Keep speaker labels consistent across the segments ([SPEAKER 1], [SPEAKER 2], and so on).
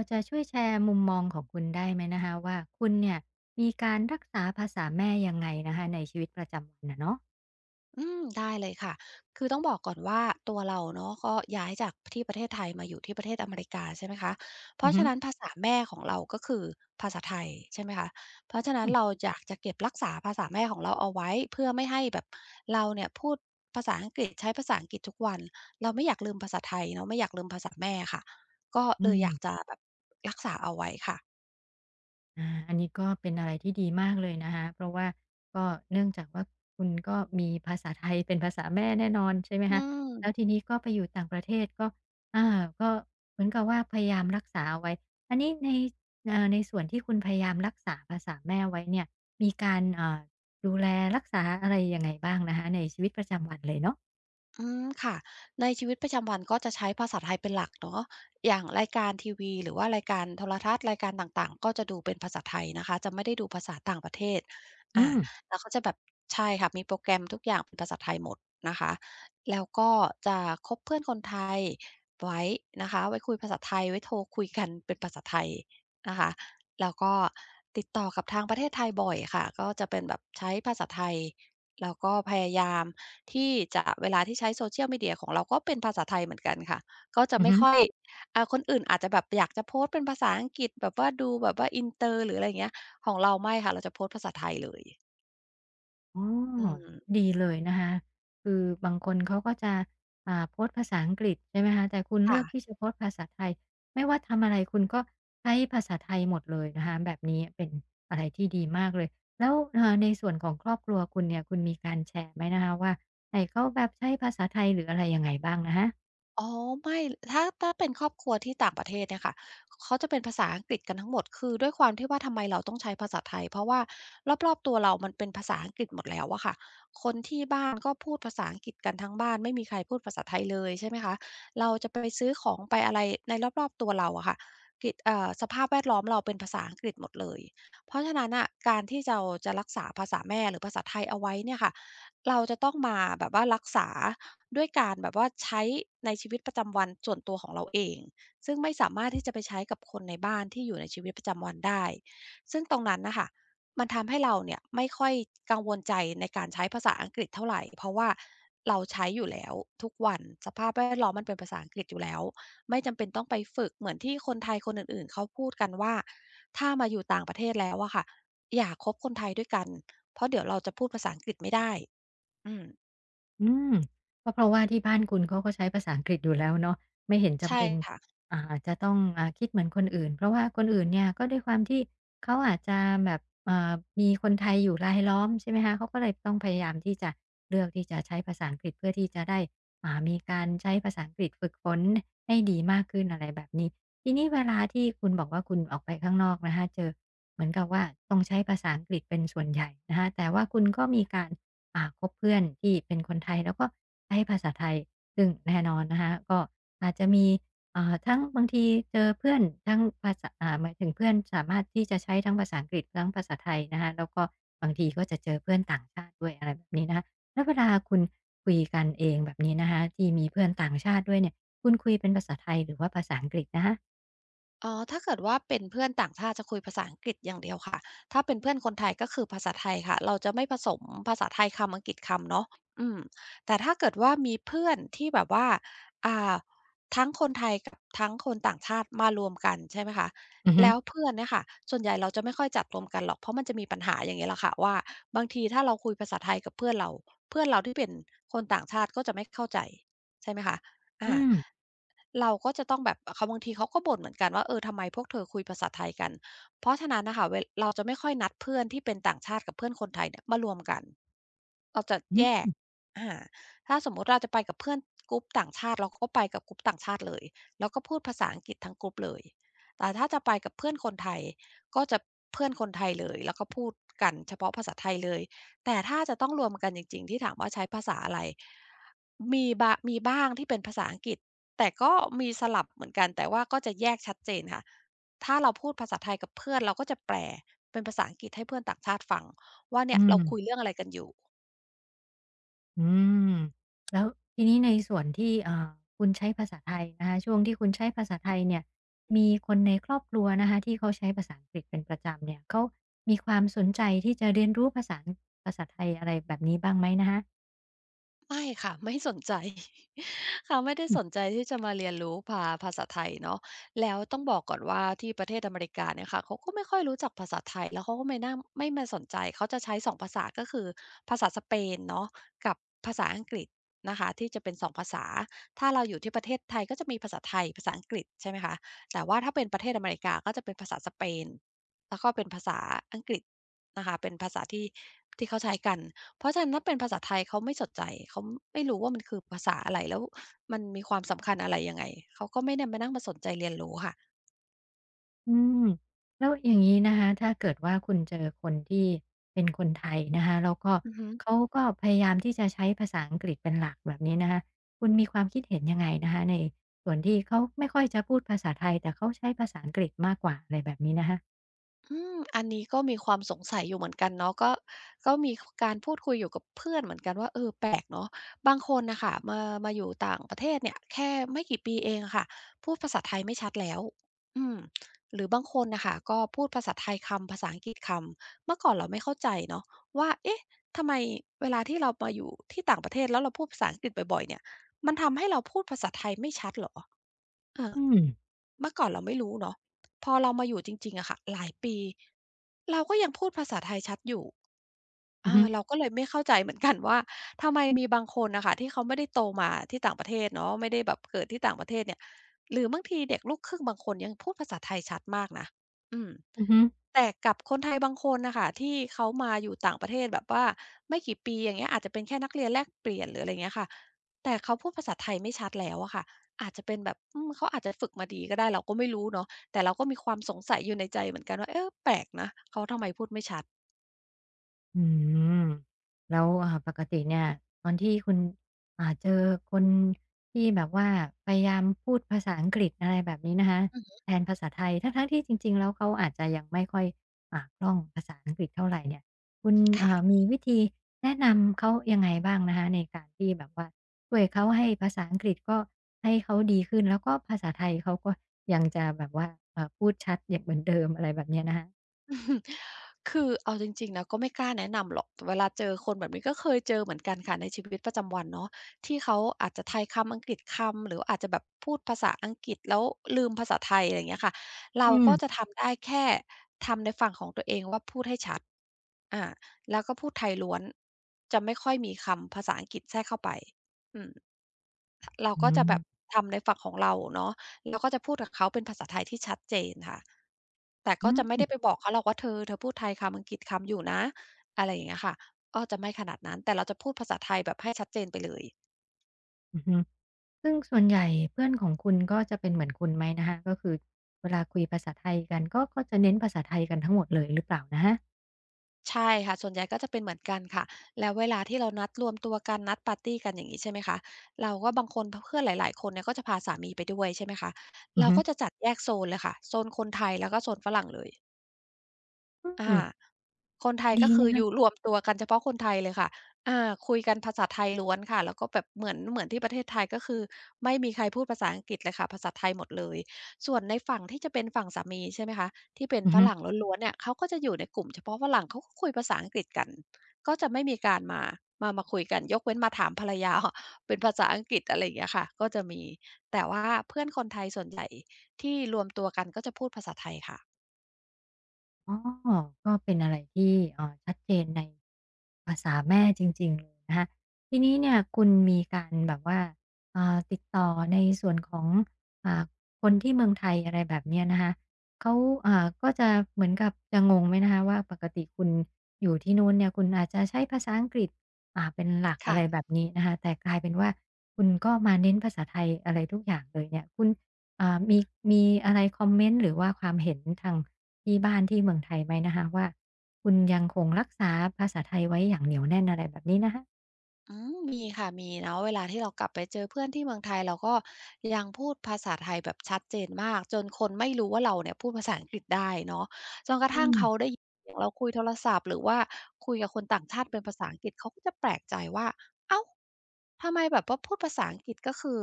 [SPEAKER 1] พอจะช่วยแชร์มุมมองของคุณได้ไหมนะคะว่าคุณเนี่ยมีการรักษาภาษาแม่ยังไงนะคะในชีวิตประจำวันนะเนาะ
[SPEAKER 2] อืมได้เลยค่ะ คือต้องบอกก่อนว่าตัวเราเนาะก็ย้ายจากที่ประเทศไทยมาอยู่ที่ประเทศอเมริกาใช่ไหมคะเพ
[SPEAKER 1] อือ
[SPEAKER 2] ราะ
[SPEAKER 1] ฮึ
[SPEAKER 2] ฉะนั้นภาษาแม่ของเราก็คือภาษาไทยใช่ไหมคะเพราะฉะนั้นเราอยากจะเก็บรักษาภาษาแม่ของเราเอาไว้เพื่อไม่ให้แบบเราเนี่ยพูดภาษาอังกฤษใช้ภาษาอังกฤษทุกวันเราไม่อยากลืมภาษาไทยเนาะไม่อยากลืมภาษาแม่ค่ะก็
[SPEAKER 1] อื
[SPEAKER 2] เลยอยาก
[SPEAKER 1] ม
[SPEAKER 2] จะแบบรักษาเอาไว้ค่ะ
[SPEAKER 1] อันนี้ก็เป็นอะไรที่ดีมากเลยนะคะเพราะว่าก็เนื่องจากว่าคุณก็มีภาษาไทยเป็นภาษาแม่แน่นอนใช่ไหม
[SPEAKER 2] อื
[SPEAKER 1] คะ
[SPEAKER 2] ม
[SPEAKER 1] แล้วทีนี้ก็ไปอยู่ต่างประเทศอาก็เหมือนกับว่าพยายามรักษาเอาไว้อันนี้ในเอ่าในส่วนที่คุณพยายามรักษาภาษาแม่ไว้เนี่ยมีการดูแลรักษาอะไรยังไงบ้างนะคะในชีวิตประจำวันเลยเนาะ
[SPEAKER 2] อืมค่ะในชีวิตประจำวันก็จะใช้ภาษาไทยเป็นหลักเนาะอย่างรายการทีวีหรือว่ารายการโทรทัศน์รายการต่างๆก็จะดูเป็นภาษาไทยนะคะจะไม่ได้ดูภาษาต่างประเทศ
[SPEAKER 1] อื
[SPEAKER 2] อา
[SPEAKER 1] ม
[SPEAKER 2] แล้วก็จะแบบใช่ค่ะมีโปรแกรมทุกอย่างเป็นภาษาไทยหมดนะคะแล้วก็จะคบเพื่อนคนไทยไว้นะคะไว้คุยภาษาไทยไว้โทรคุยกันเป็นภาษาไทยนะคะแล้วก็ติดต่อกับทางประเทศไทยบ่อยค่ะก็จะเป็นแบบใช้ภาษาไทยแล้วก็พยายาม ที่จะเวลาที่ใช้ social media ของเราก็เป็นภาษาไทยเหมือนกันค่ะก็จะ
[SPEAKER 1] อื
[SPEAKER 2] ไม่ค่อยคนอื่นอาจจะแบบอยากจะโพสต์เป็นภาษาอังกฤษแบบว่าดูแบบว่าอินเตอร์หรืออะไรอย่างเงี้ยของเราไม่ค่ะเราจะโพสต์ภาษาไทยเลย
[SPEAKER 1] อ๋
[SPEAKER 2] อื
[SPEAKER 1] อ
[SPEAKER 2] ม
[SPEAKER 1] ดีเลยนะคะคือบางคนเขาก็จะโพสต์ภาษาอังกฤษใช่ไหมคะแต่คุณเลื
[SPEAKER 2] ค่ะ
[SPEAKER 1] อกที่จะโพสต์ภาษาไทยไม่ว่าทำอะไรคุณก็ใช้ภาษาไทยหมดเลยนะคะแบบนี้เป็นอะไรที่ดีมากเลยแล้วในส่วนของครอบครัวคุณเนี่ยคุณมีการแชร์ไหมนะคะว่าให้เขาแบบใช้ภาษาไทยหรืออะไรยังไงบ้างนะคะ
[SPEAKER 2] อ๋อไม่ถ้าเป็นครอบครัวที่ต่างประเทศเนี่ยค่ะเขาจะเป็นภาษาอังกฤษกันทั้งหมดคือด้วยความที่ว่าทำไมเราต้องใช้ภาษาไทยเพราะว่ารอบๆตัวเรามันเป็นภาษาอังกฤษหมดแล้วอะค่ะคนที่บ้านก็พูดภาษาอังกฤษกันทั้งบ้านไม่มีใครพูดภาษาไทยเลยใช่ไหมคะเราจะไปซื้อของไปอะไรในรอบๆตัวเราอะค่ะกิจเอ่อสภาพแวดล้อมเราเป็นภาษาอังกฤษหมดเลยเพราะฉะนั้นน่ะการที่เราจะรักษาภาษาแม่หรือภาษาไทยเอาไว้เนี่ยค่ะเราจะต้องมาแบบว่ารักษา ด้วยการแบบว่าใช้ในชีวิตประจำวันส่วนตัวของเราเองซึ่งไม่สามารถที่จะไปใช้กับคนในบ้านที่อยู่ในชีวิตประจำวันได้ซึ่งตรงนั้นน่ะค่ะมันทำให้เราเนี่ยไม่ค่อยกังวลใจในการใช้ภาษาอังกฤษเท่าไรเพราะว่าเราใช้อยู่แล้วทุกวันสภาพแวดล้อมมันเป็นภาษาอังกฤษอยู่แล้วไม่จำเป็นต้องไปฝึกเหมือนที่คนไทยคนอื่นๆเขาพูดกันว่าถ้ามาอยู่ต่างประเทศแล้วอะค่ะอย่าคบคนไทยด้วยกันเพราะเดี๋ยวเราจะพูดภาษาอังกฤษไม่ได้อืม
[SPEAKER 1] อืมก็เพราะว่าที่บ้านคุณเขาก็ใช้ภาษาอังกฤษอยู่แล้วเนาะไม่เห็นจำ
[SPEAKER 2] ใช่
[SPEAKER 1] เป็น
[SPEAKER 2] ค่ะ
[SPEAKER 1] จะต้องคิดเหมือนคนอื่นเพราะว่าคนอื่นเนี่ยก็ด้วยความที่เขาอาจจะแบบมีคนไทยอยู่รายล้อมใช่ไหมคะเขาก็เลยต้องพยายามที่จะเลือกที่จะใช้ภาษาอังกฤษเพื่อที่จะได้มีการใช้ภาษาอังกฤษฝึกฝนให้ดีมากขึ้นอะไรแบบนี้ทีนี้เวลาที่คุณบอกว่าคุณออกไปข้างนอกนะคะเจอเหมือนกับว่าต้องใช้ภาษาอังกฤษเป็นส่วนใหญ่นะคะแต่ว่าคุณก็มีการ คบเพื่อนที่เป็นคนไทยแล้วก็ใช้ภาษาไทยซึ่งแน่นอนนะคะก็อาจจะมีทั้งบางทีเจอเพื่อนทั้งภาษาอ่าหมายถึงเพื่อนสามารถที่จะใช้ทั้งภาษาอังกฤษทั้งภาษาไทยนะคะแล้วก็บางทีก็จะเจอเพื่อนต่างชาติด้วยอะไรแบบนี้นะคะแล้วเวลาคุณคุยกันเองแบบนี้นะคะที่มีเพื่อนต่างชาติด้วยเนี่ยคุณคุยเป็นภาษาไทยหรือว่าภาษาอังกฤษนะคะ
[SPEAKER 2] อ๋อถ้าเกิดว่าเป็นเพื่อนต่างชาติจะคุยภาษาอังกฤษอย่างเดียวค่ะถ้าเป็นเพื่อนคนไทยก็คือภาษาไทยค่ะเราจะไม่ผสมภาษาไทยคำอังกฤษคำเนาะอืมแต่ถ้าเกิดว่ามีเพื่อนที่แบบว่าอ่าทั้งคนไทยกับทั้งคนต่างชาติมารวมกันใช่ไหมคะ
[SPEAKER 1] อือฮึ
[SPEAKER 2] แล้วเพื่อนเนี่ยค่ะส่วนใหญ่เราจะไม่ค่อยจัดรวมกันหรอกเพราะมันจะมีปัญหาอย่างนี้แหละค่ะว่าบางทีถ้าเราคุยภาษาไทยกับเพื่อนเราเพื่อนเราที่เป็นคนต่างชาติก็จะไม่เข้าใจใช่ไหมคะอา
[SPEAKER 1] อืม
[SPEAKER 2] เราก็จะต้องแบบเขาบางทีเขาก็บ่นเหมือนกันว่าเออทำไมพวกเธอคุยภาษาไทยกันเพราะฉะนั้นน่ะค่ะเราจะไม่ค่อยนัดเพื่อนที่เป็นต่างชาติกับเพื่อนคนไทยเนี่ยมารวมกันเราจะ
[SPEAKER 1] อื
[SPEAKER 2] แย
[SPEAKER 1] อ
[SPEAKER 2] ก
[SPEAKER 1] ฮึ
[SPEAKER 2] อาถ้าสมมุติเราจะไปกับเพื่อนกรุ๊ปต่างชาติเราก็ไปกับกรุ๊ปต่างชาติเลยแล้วก็พูดภาษาอังกฤษทั้งกรุ๊ปเลยแต่ถ้าจะไปกับเพื่อนคนไทยก็จะเพื่อนคนไทยเลยแล้วก็พูดกันเฉพาะภาษาไทยเลยแต่ถ้าจะต้องรวมกันจริงๆที่ถามว่าใช้ภาษาอะไรมีบะมีบ้างที่เป็นภาษาอังกฤษ แต่ก็มีสลับเหมือนกันแต่ว่าก็จะแยกชัดเจนค่ะถ้าเราพูดภาษาไทยกับเพื่อนเราก็จะแปลเป็นภาษาอังกฤษให้เพื่อนต่างชาติฟังว่า
[SPEAKER 1] อื
[SPEAKER 2] เนี่ยเรา
[SPEAKER 1] ม
[SPEAKER 2] คุยเรื่องอะไรกันอยู่
[SPEAKER 1] อืมแล้วทีนี้ในส่วนที่คุณใช้ภาษาไทยนะคะช่วงที่คุณใช้ภาษาไทยเนี่ยมีคนในครอบครัวนะคะที่เขาใช้ภาษาอังกฤษเป็นประจำเนี่ยเขามีความสนใจที่จะเรียนรู้ภาษาไทยอะไรแบบนี้บ้างไหมนะคะ
[SPEAKER 2] ไม่ค่ะ ไม่สนใจ ค่ะไม่ได้สนใจที่จะมาเรียนรู้ภาษาไทยเนาะแล้วต้องบอกก่อนว่าที่ประเทศอเมริกาเนี่ยค่ะเขาก็ไม่ค่อยรู้จักภาษาไทยแล้วเขาก็ไม่มาสนใจเขาจะใช้สองภาษาก็คือภาษาสเปนเนาะกับภาษาอังกฤษนะคะที่จะเป็นสองภาษาถ้าเราอยู่ที่ประเทศไทยก็จะมีภาษาไทยภาษาอังกฤษใช่ไหมคะแต่ว่าถ้าเป็นประเทศอเมริกาก็จะเป็นภาษาสเปนแล้วก็เป็นภาษาอังกฤษนะคะเป็นภาษาที่เขาใช้กัน เพราะฉะนั้นถ้าเป็นภาษาไทยเขาไม่สนใจเขาไม่รู้ว่ามันคือภาษาอะไรแล้วมันมีความสำคัญอะไรยังไงเขาก็ไม่ได้มานั่งมาสนใจเรียนรู้ค่ะ
[SPEAKER 1] อืมแล้วอย่างนี้นะคะถ้าเกิดว่าคุณเจอคนที่เป็นคนไทยนะคะแล้วก็
[SPEAKER 2] อือฮึ
[SPEAKER 1] เขาก็พยายามที่จะใช้ภาษาอังกฤษเป็นหลักแบบนี้นะคะคุณมีความคิดเห็นยังไงนะคะในส่วนที่เขาไม่ค่อยจะพูดภาษาไทยแต่เขาใช้ภาษาอังกฤษมากกว่าอะไรแบบนี้นะคะ
[SPEAKER 2] อันนี้ก็มีความสงสัยอยู่เหมือนกันเนาะก็มีการพูดคุยอยู่กับเพื่อนเหมือนกันว่าเออแปลกเนาะบางคนน่ะค่ะมาอยู่ต่างประเทศเนี่ยแค่ไม่กี่ปีเองอะค่ะพูดภาษาไทยไม่ชัดแล้วอืมหรือบางคนน่ะค่ะก็พูดภาษาไทยคำภาษาอังกฤษคำเมื่อก่อนเราไม่เข้าใจเนาะว่าเอ๊ะทำไมเวลาที่เรามาอยู่ที่ต่างประเทศแล้วเราพูดภาษาอังกฤษบ่อยๆเนี่ยมันทำให้เราพูดภาษาไทยไม่ชัดเหรอเออ
[SPEAKER 1] อืม
[SPEAKER 2] เมื่อก่อนเราไม่รู้เนาะ พอเรามาอยู่จริงๆอะค่ะหลายปีเราก็ยังพูดภาษาไทยชัดอยู่
[SPEAKER 1] อือ
[SPEAKER 2] อา
[SPEAKER 1] ฮึ
[SPEAKER 2] เราก็เลยไม่เข้าใจเหมือนกันว่าทำไมมีบางคนน่ะค่ะที่เขาไม่ได้โตมาที่ต่างประเทศเนาะไม่ได้แบบเกิดที่ต่างประเทศเนี่ยหรือบางทีเด็กลูกครึ่งบางคนยังพูดภาษาไทยชัดมากนะอืม
[SPEAKER 1] อือฮึ
[SPEAKER 2] แต่กับคนไทยบางคนน่ะค่ะที่เขามาอยู่ต่างประเทศแบบว่าไม่กี่ปีอย่างเงี้ยอาจจะเป็นแค่นักเรียนแลกเปลี่ยนหรืออะไรเงี้ยค่ะแต่เขาพูดภาษาไทยไม่ชัดแล้วอะค่ะอาจจะเป็นแบบเขาอาจจะฝึกมาดีก็ได้เราก็ไม่รู้เนาะแต่เราก็มีความสงสัยอยู่ในใจเหมือนกันว่าเออแปลกนะเขาทำไมพูดไม่ชัด
[SPEAKER 1] อืมแล้วปกติเนี่ยตอนที่คุณเจอคนที่แบบว่าพยายามพูดภาษาอังกฤษอะไรแบบนี้นะคะ
[SPEAKER 2] อืม
[SPEAKER 1] แทนภาษาไทยทั้งๆที่จริงๆแล้วเขาอาจจะยังไม่ค่อยคล่องภาษาอังกฤษเท่าไรเนี่ยคุณ
[SPEAKER 2] ค่ะ
[SPEAKER 1] มีวิธีแนะนำเขายังไงบ้างนะคะในการที่แบบว่าช่วยเขาให้ภาษาอังกฤษก็ให้เขาดีขึ้นแล้วก็ภาษาไทยเขาก็ยังจะแบบว่าพูดชัดอย่างเหมือนเดิมอะไรแบบเนี้ยนะคะ
[SPEAKER 2] อือฮึคือเอาจริงๆนะก็ไม่กล้าแนะนำหรอกแต่เวลาเจอคนแบบนี้ก็เคยเจอเหมือนกันค่ะในชีวิตประจำวันเนาะที่เขาอาจจะไทยคำอังกฤษคำหรืออาจจะแบบพูดภาษาอังกฤษแล้วลืมภาษาไทยอะไรอย่างเงี้ยค่ะเรา
[SPEAKER 1] อืม
[SPEAKER 2] ก็จะทำได้แค่ทำในฝั่งของตัวเองว่าพูดให้ชัดอาแล้วก็พูดไทยล้วนจะไม่ค่อยมีคำภาษาอังกฤษแทรกเข้าไปอืม เรา
[SPEAKER 1] อื
[SPEAKER 2] ก็จะแบบ
[SPEAKER 1] ม
[SPEAKER 2] ทำในฝั่งของเราเนาะเราก็จะพูดกับเขาเป็นภาษาไทยที่ชัดเจนค่ะแต่ก็
[SPEAKER 1] อื
[SPEAKER 2] จะไม่ได้
[SPEAKER 1] ม
[SPEAKER 2] ไปบอกเขาหรอกว่าเธอพูดไทยคำอังกฤษคำอยู่นะอะไรอย่างเงี้ยค่ะก็จะไม่ขนาดนั้นแต่เราจะพูดภาษาไทยแบบให้ชัดเจนไปเลย
[SPEAKER 1] อือฮึ ซึ่งส่วนใหญ่เพื่อนของคุณก็จะเป็นเหมือนคุณไหมนะคะก็คือเวลาคุยภาษาไทยกันก็จะเน้นภาษาไทยกันทั้งหมดเลยหรือเปล่านะคะ
[SPEAKER 2] ใช่ค่ะส่วนใหญ่ก็จะเป็นเหมือนกันค่ะแล้วเวลาที่เรานัดรวมตัวกันนัดปาร์ตีกันอย่างงี้ใช่ไหมคะเราก็บางคนเพื่อนหลายๆคนเนี่ยก็จะพาสามีไปด้วยใช่ไหมคะ
[SPEAKER 1] อือ
[SPEAKER 2] เรา
[SPEAKER 1] ฮึ
[SPEAKER 2] ก็จะจัดแยกโซนเลยค่ะโซนคนไทยแล้วก็โซนฝรั่งเลย
[SPEAKER 1] อื
[SPEAKER 2] อา
[SPEAKER 1] ม
[SPEAKER 2] คนไทย
[SPEAKER 1] ดี
[SPEAKER 2] ก็คื
[SPEAKER 1] นะ
[SPEAKER 2] ออยู่
[SPEAKER 1] คะ
[SPEAKER 2] รวมตัวกันเฉพาะคนไทยเลยค่ะอาคุยกันภาษาไทยล้วนค่ะแล้วก็แบบเหมือนที่ประเทศไทยก็คือไม่มีใครพูดภาษาอังกฤษเลยค่ะภาษาไทยหมดเลยส่วนในฝั่งที่จะเป็นฝั่งสามีใช่ไหมคะที่เป็น
[SPEAKER 1] อือ
[SPEAKER 2] ฝ
[SPEAKER 1] ฮึ
[SPEAKER 2] รั่งล้วนๆเนี่ยเขาก็จะอยู่ในกลุ่มเฉพาะฝรั่งเขาก็คุยภาษาอังกฤษกันก็จะไม่มีการมาคุยกันยกเว้นมาถามภรรยาเป็นภาษาอังกฤษอะไรอย่างเงี้ยค่ะก็จะมีแต่ว่าเพื่อนคนไทยส่วนใหญ่ที่รวมตัวกันก็จะพูดภาษาไทยค่ะ
[SPEAKER 1] อ๋อก็เป็นอะไรที่ชัดเจนในภาษาแม่จริงๆเลยนะคะทีนี้เนี่ยคุณมีการแบบว่าติดต่อในส่วนของอ่าคนที่เมืองไทยอะไรแบบเนี้ยนะคะเขาก็จะเหมือนกับจะงงไหมนะคะว่าปกติคุณอยู่ที่นู้นเนี่ยคุณอาจจะใช้ภาษาอังกฤษเป็นหลักอะ
[SPEAKER 2] ค่ะ
[SPEAKER 1] ไรแบบนี้นะคะแต่กลายเป็นว่าคุณก็มาเน้นภาษาไทยอะไรทุกอย่างเลยเนี่ยคุณ อ่ามีมีอะไรคอมเมนต์หรือว่าความเห็นทางที่บ้านที่เมืองไทยไหมนะคะว่าคุณยังคงรักษาภาษาไทยไว้อย่างเหนียวแน่นอะไรแบบนี้นะคะ
[SPEAKER 2] อืมมีค่ะมีเนาะเวลาที่เรากลับไปเจอเพื่อนที่เมืองไทยเราก็ยังพูดภาษาไทยแบบชัดเจนมากจนคนไม่รู้ว่าเราเนี่ยพูดภาษาอังกฤษได้เนาะจนกระ
[SPEAKER 1] อื
[SPEAKER 2] ทั่ง
[SPEAKER 1] ม
[SPEAKER 2] เขาได้ยินเสียงเราคุยโทรศัพท์หรือว่าคุยกับคนต่างชาติเป็นภาษาอังกฤษเขาก็จะแปลกใจว่าเอ้าทำไมแบบว่าพูดภาษาอังกฤษก็คือ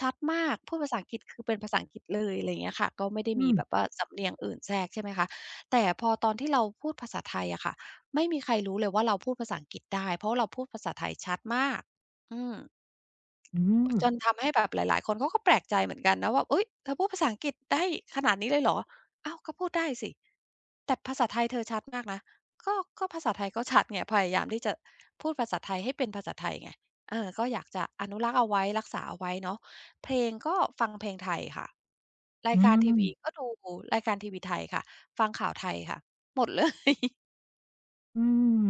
[SPEAKER 2] ชัดมากพูดภาษาอังกฤษคือเป็นภาษาอังกฤษเลยอะไรอย่างเงี้ยค่ะก็ไม่ได้
[SPEAKER 1] อื
[SPEAKER 2] มี
[SPEAKER 1] ม
[SPEAKER 2] แบบว่าสำเนียงอื่นแทรกใช่ไหมคะแต่พอตอนที่เราพูดภาษาไทยอะค่ะ ไม่มีใครรู้เลยว่าเราพูดภาษาอังกฤษได้เพราะว่าเราพูดภาษาไทยชัดมากอืม
[SPEAKER 1] อืม
[SPEAKER 2] จนทำให้แบบหลายๆคนเขาก็แปลกใจเหมือนกันนะว่าอุ๊ยเธอพูดภาษาอังกฤษได้ขนาดนี้เลยเหรออ้าวก็พูดได้สิแต่ภาษาไทยเธอชัดมากนะก็ก็ภาษาไทยก็ชัดไงพยายามที่จะพูดภาษาไทยให้เป็นภาษาไทยไงเออก็อยากจะอนุรักษ์เอาไว้รักษาเอาไว้เนาะเพลงก็ฟังเพลงไทยค่ะรา
[SPEAKER 1] อื
[SPEAKER 2] ยการที
[SPEAKER 1] ม
[SPEAKER 2] วีก็ดูรายการทีวีไทยค่ะฟังข่าวไทยค่ะหมดเลย
[SPEAKER 1] อืม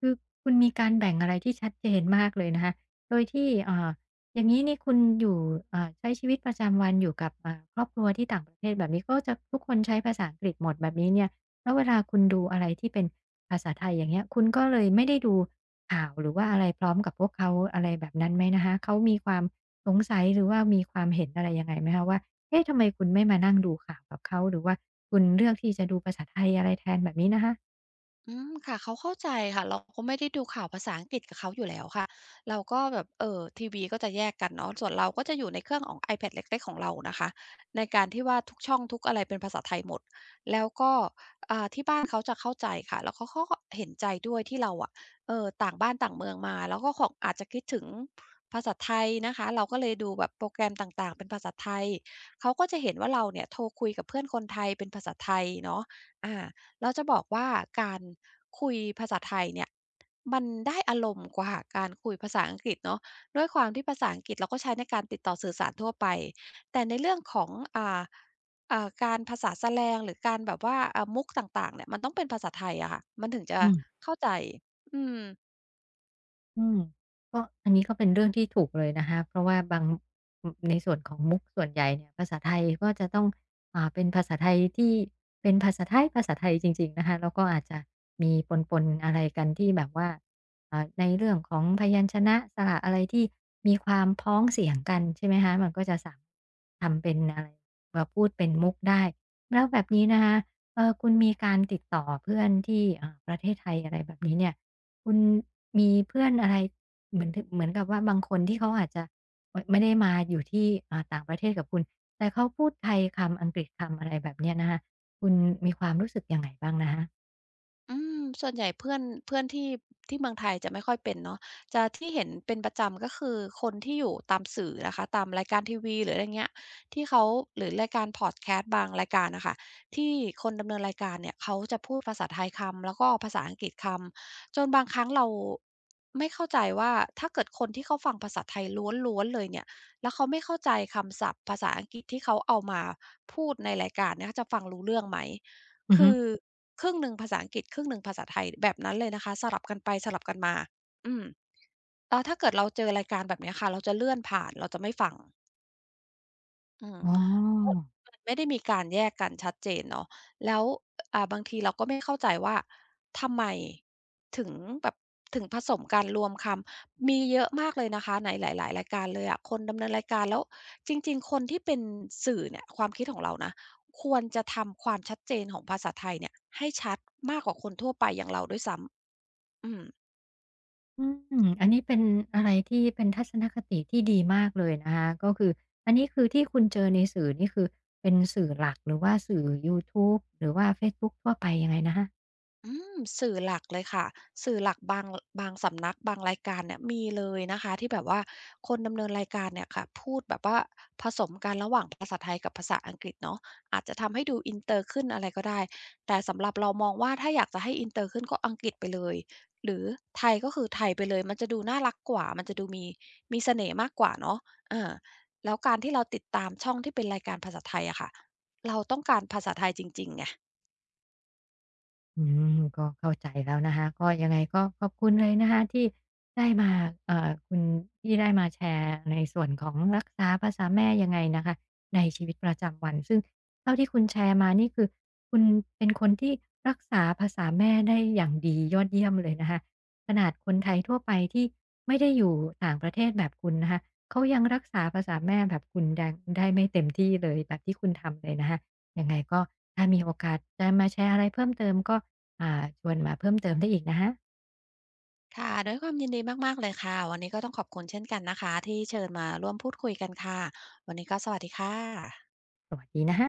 [SPEAKER 1] คือคุณมีการแบ่งอะไรที่ชัดเจนมากเลยนะคะโดยที่อย่างนี้นี่คุณอยู่ใช้ชีวิตประจำวันอยู่กับครอบครัวที่ต่างประเทศแบบนี้ก็จะทุกคนใช้ภาษาอังกฤษหมดแบบนี้เนี่ยแล้วเวลาคุณดูอะไรที่เป็นภาษาไทยอย่างเงี้ยคุณก็เลยไม่ได้ดูข่าวหรือว่าอะไรพร้อมกับพวกเขาอะไรแบบนั้นไหมนะคะเขามีความสงสัยหรือว่ามีความเห็นอะไรยังไงไหมคะว่าเอ๊ะทำไมคุณไม่มานั่งดูข่าวกับเขาหรือว่าคุณเลือกที่จะดูภาษาไทยอะไรแทนแบบนี้นะคะ
[SPEAKER 2] อืมค่ะเขาเข้าใจค่ะเราก็ไม่ได้ดูข่าวภาษาอังกฤษกับเขาอยู่แล้วค่ะเราก็แบบทีวีก็จะแยกกันเนาะส่วนเราก็จะอยู่ในเครื่องของ iPad เล็กๆของเรานะคะในการที่ว่าทุกช่องทุกอะไรเป็นภาษาไทยหมดแล้วก็ที่บ้านเขาจะเข้าใจค่ะแล้วเขาก็เห็นใจด้วยที่เราอะต่างบ้านต่างเมืองมาแล้วก็คงอาจจะคิดถึงภาษาไทยนะคะเราก็เลยดูแบบโปรแกรมต่างๆเป็นภาษาไทยเขาก็จะเห็นว่าเราเนี่ยโทรคุยกับเพื่อนคนไทยเป็นภาษาไทยเนาะอา แล้วจะบอกว่าการคุยภาษาไทยเนี่ยมันได้อารมณ์กว่าการคุยภาษาอังกฤษเนาะด้วยความที่ภาษาอังกฤษเราก็ใช้ในการติดต่อสื่อสารทั่วไปแต่ในเรื่องของอ่าการภาษาแสลงหรือการแบบว่ามุกต่างๆเนี่ยมันต้องเป็นภาษาไทยอะค่ะมันถึงจะ
[SPEAKER 1] อืม
[SPEAKER 2] เข้าใจอืม
[SPEAKER 1] อืมก็อันนี้ก็เป็นเรื่องที่ถูกเลยนะคะเพราะว่าบางในส่วนของมุกส่วนใหญ่เนี่ยภาษาไทยก็จะต้องเป็นภาษาไทยที่เป็นภาษาไทยจริงๆนะคะแล้วก็อาจจะมีปนๆอะไรกันที่แบบว่าในเรื่องของพยัญชนะสระอะไรที่มีความพ้องเสียงกันใช่ไหมคะมันก็จะสามทำเป็นอะไรมาพูดเป็นมุกได้แล้วแบบนี้นะคะคุณมีการติดต่อเพื่อนที่ประเทศไทยอะไรแบบนี้เนี่ย คุณมีเพื่อนอะไรเหมือนกับว่าบางคนที่เขาอาจจะไม่ได้มาอยู่ที่ต่างประเทศกับคุณแต่เขาพูดไทยคำอังกฤษคำอะไรแบบเนี้ยนะคะคุณมีความรู้สึกยังไงบ้างนะคะ
[SPEAKER 2] อืมส่วนใหญ่เพื่อนเพื่อนที่ที่เมืองไทยจะไม่ค่อยเป็นเนาะจะที่เห็นเป็นประจำก็คือคนที่อยู่ตามสื่อนะคะตามรายการทีวีหรืออะไรเงี้ยที่เขาหรือรายการพอดแคสต์บางรายการน่ะค่ะที่คนดำเนินรายการเนี่ยเขาจะพูดภาษาไทยคำแล้วก็ภาษาอังกฤษคำจนบางครั้งเราไม่เข้าใจว่าถ้าเกิดคนที่เขาฟังภาษาไทยล้วนๆเลยเนี่ยแล้วเขาไม่เข้าใจคำศัพท์ภาษาอังกฤษที่เขาเอามาพูดในรายการเนี่ยเขาจะฟังรู้เรื่องไหม
[SPEAKER 1] อือฮึ
[SPEAKER 2] คือครึ่งหนึ่งภาษาอังกฤษครึ่งหนึ่งภาษาไทยแบบนั้นเลยนะคะสลับกันไปสลับกันมา อืมแล้วถ้าเกิดเราเจอรายการแบบเนี้ยค่ะเราจะเลื่อนผ่านเราจะไม่ฟัง อืม
[SPEAKER 1] อ๋
[SPEAKER 2] ก็
[SPEAKER 1] อ
[SPEAKER 2] มันไม่ได้มีการแยกกันชัดเจนเนาะแล้วบางทีเราก็ไม่เข้าใจว่าทำไมถึงแบบถึงผสมกันรวมคำมีเยอะมากเลยนะคะในหลายๆรายการเลยอะคนดำเนินรายการแล้วจริงๆคนที่เป็นสื่อเนี่ยความคิดของเรานะควรจะทำความชัดเจนของภาษาไทยเนี่ยให้ชัดมากกว่าคนทั่วไปอย่างเราด้วยซ้ำอืม
[SPEAKER 1] อืมอันนี้เป็นอะไรที่เป็นทัศนคติที่ดีมากเลยนะคะก็คืออันนี้คือที่คุณเจอในสื่อนี่คือเป็นสื่อหลักหรือว่าสื่อยูทูบหรือว่าเฟซบุ๊กทั่วไปยังไงนะคะ
[SPEAKER 2] อืมสื่อหลักเลยค่ะ สื่อหลักบางสำนักบางรายการเนี่ยมีเลยนะคะที่แบบว่าคนดำเนินรายการเนี่ยค่ะพูดแบบว่าผสมกันระหว่างภาษาไทยกับภาษาอังกฤษเนาะอาจจะทำให้ดูอินเตอร์ขึ้นอะไรก็ได้แต่สำหรับเรามองว่าถ้าอยากจะให้อินเตอร์ขึ้นก็อังกฤษไปเลยหรือไทยก็คือไทยไปเลยมันจะดูน่ารักกว่ามันจะดูมีเสน่ห์มากกว่าเนาะเออแล้วการที่เราติดตามช่องที่เป็นรายการภาษาไทยอะค่ะเราต้องการภาษาไทยจริงๆไง
[SPEAKER 1] อืมก็เข้าใจแล้วนะคะก็ยังไงก็ขอบคุณเลยนะคะที่ได้มาคุณที่ได้มาแชร์ในส่วนของรักษาภาษาแม่ยังไงนะคะในชีวิตประจำวันซึ่งเท่าที่คุณแชร์มานี่คือคุณเป็นคนที่รักษาภาษาแม่ได้อย่างดียอดเยี่ยมเลยนะคะขนาดคนไทยทั่วไปที่ไม่ได้อยู่ต่างประเทศแบบคุณนะคะเขายังรักษาภาษาแม่แบบคุณดังได้ไม่เต็มที่เลยแบบที่คุณทำเลยนะคะ ยังไงก็ถ้ามีโอกาสจะมาแชร์อะไรเพิ่มเติมก็อ่าชวนมาเพิ่มเติมได้อีกนะคะ
[SPEAKER 2] ค่ะด้วยความยินดีมากๆเลยค่ะวันนี้ก็ต้องขอบคุณเช่นกันนะคะที่เชิญมาร่วมพูดคุยกันค่ะวันนี้ก็สวัสดีค่ะ
[SPEAKER 1] สวัสดีนะคะ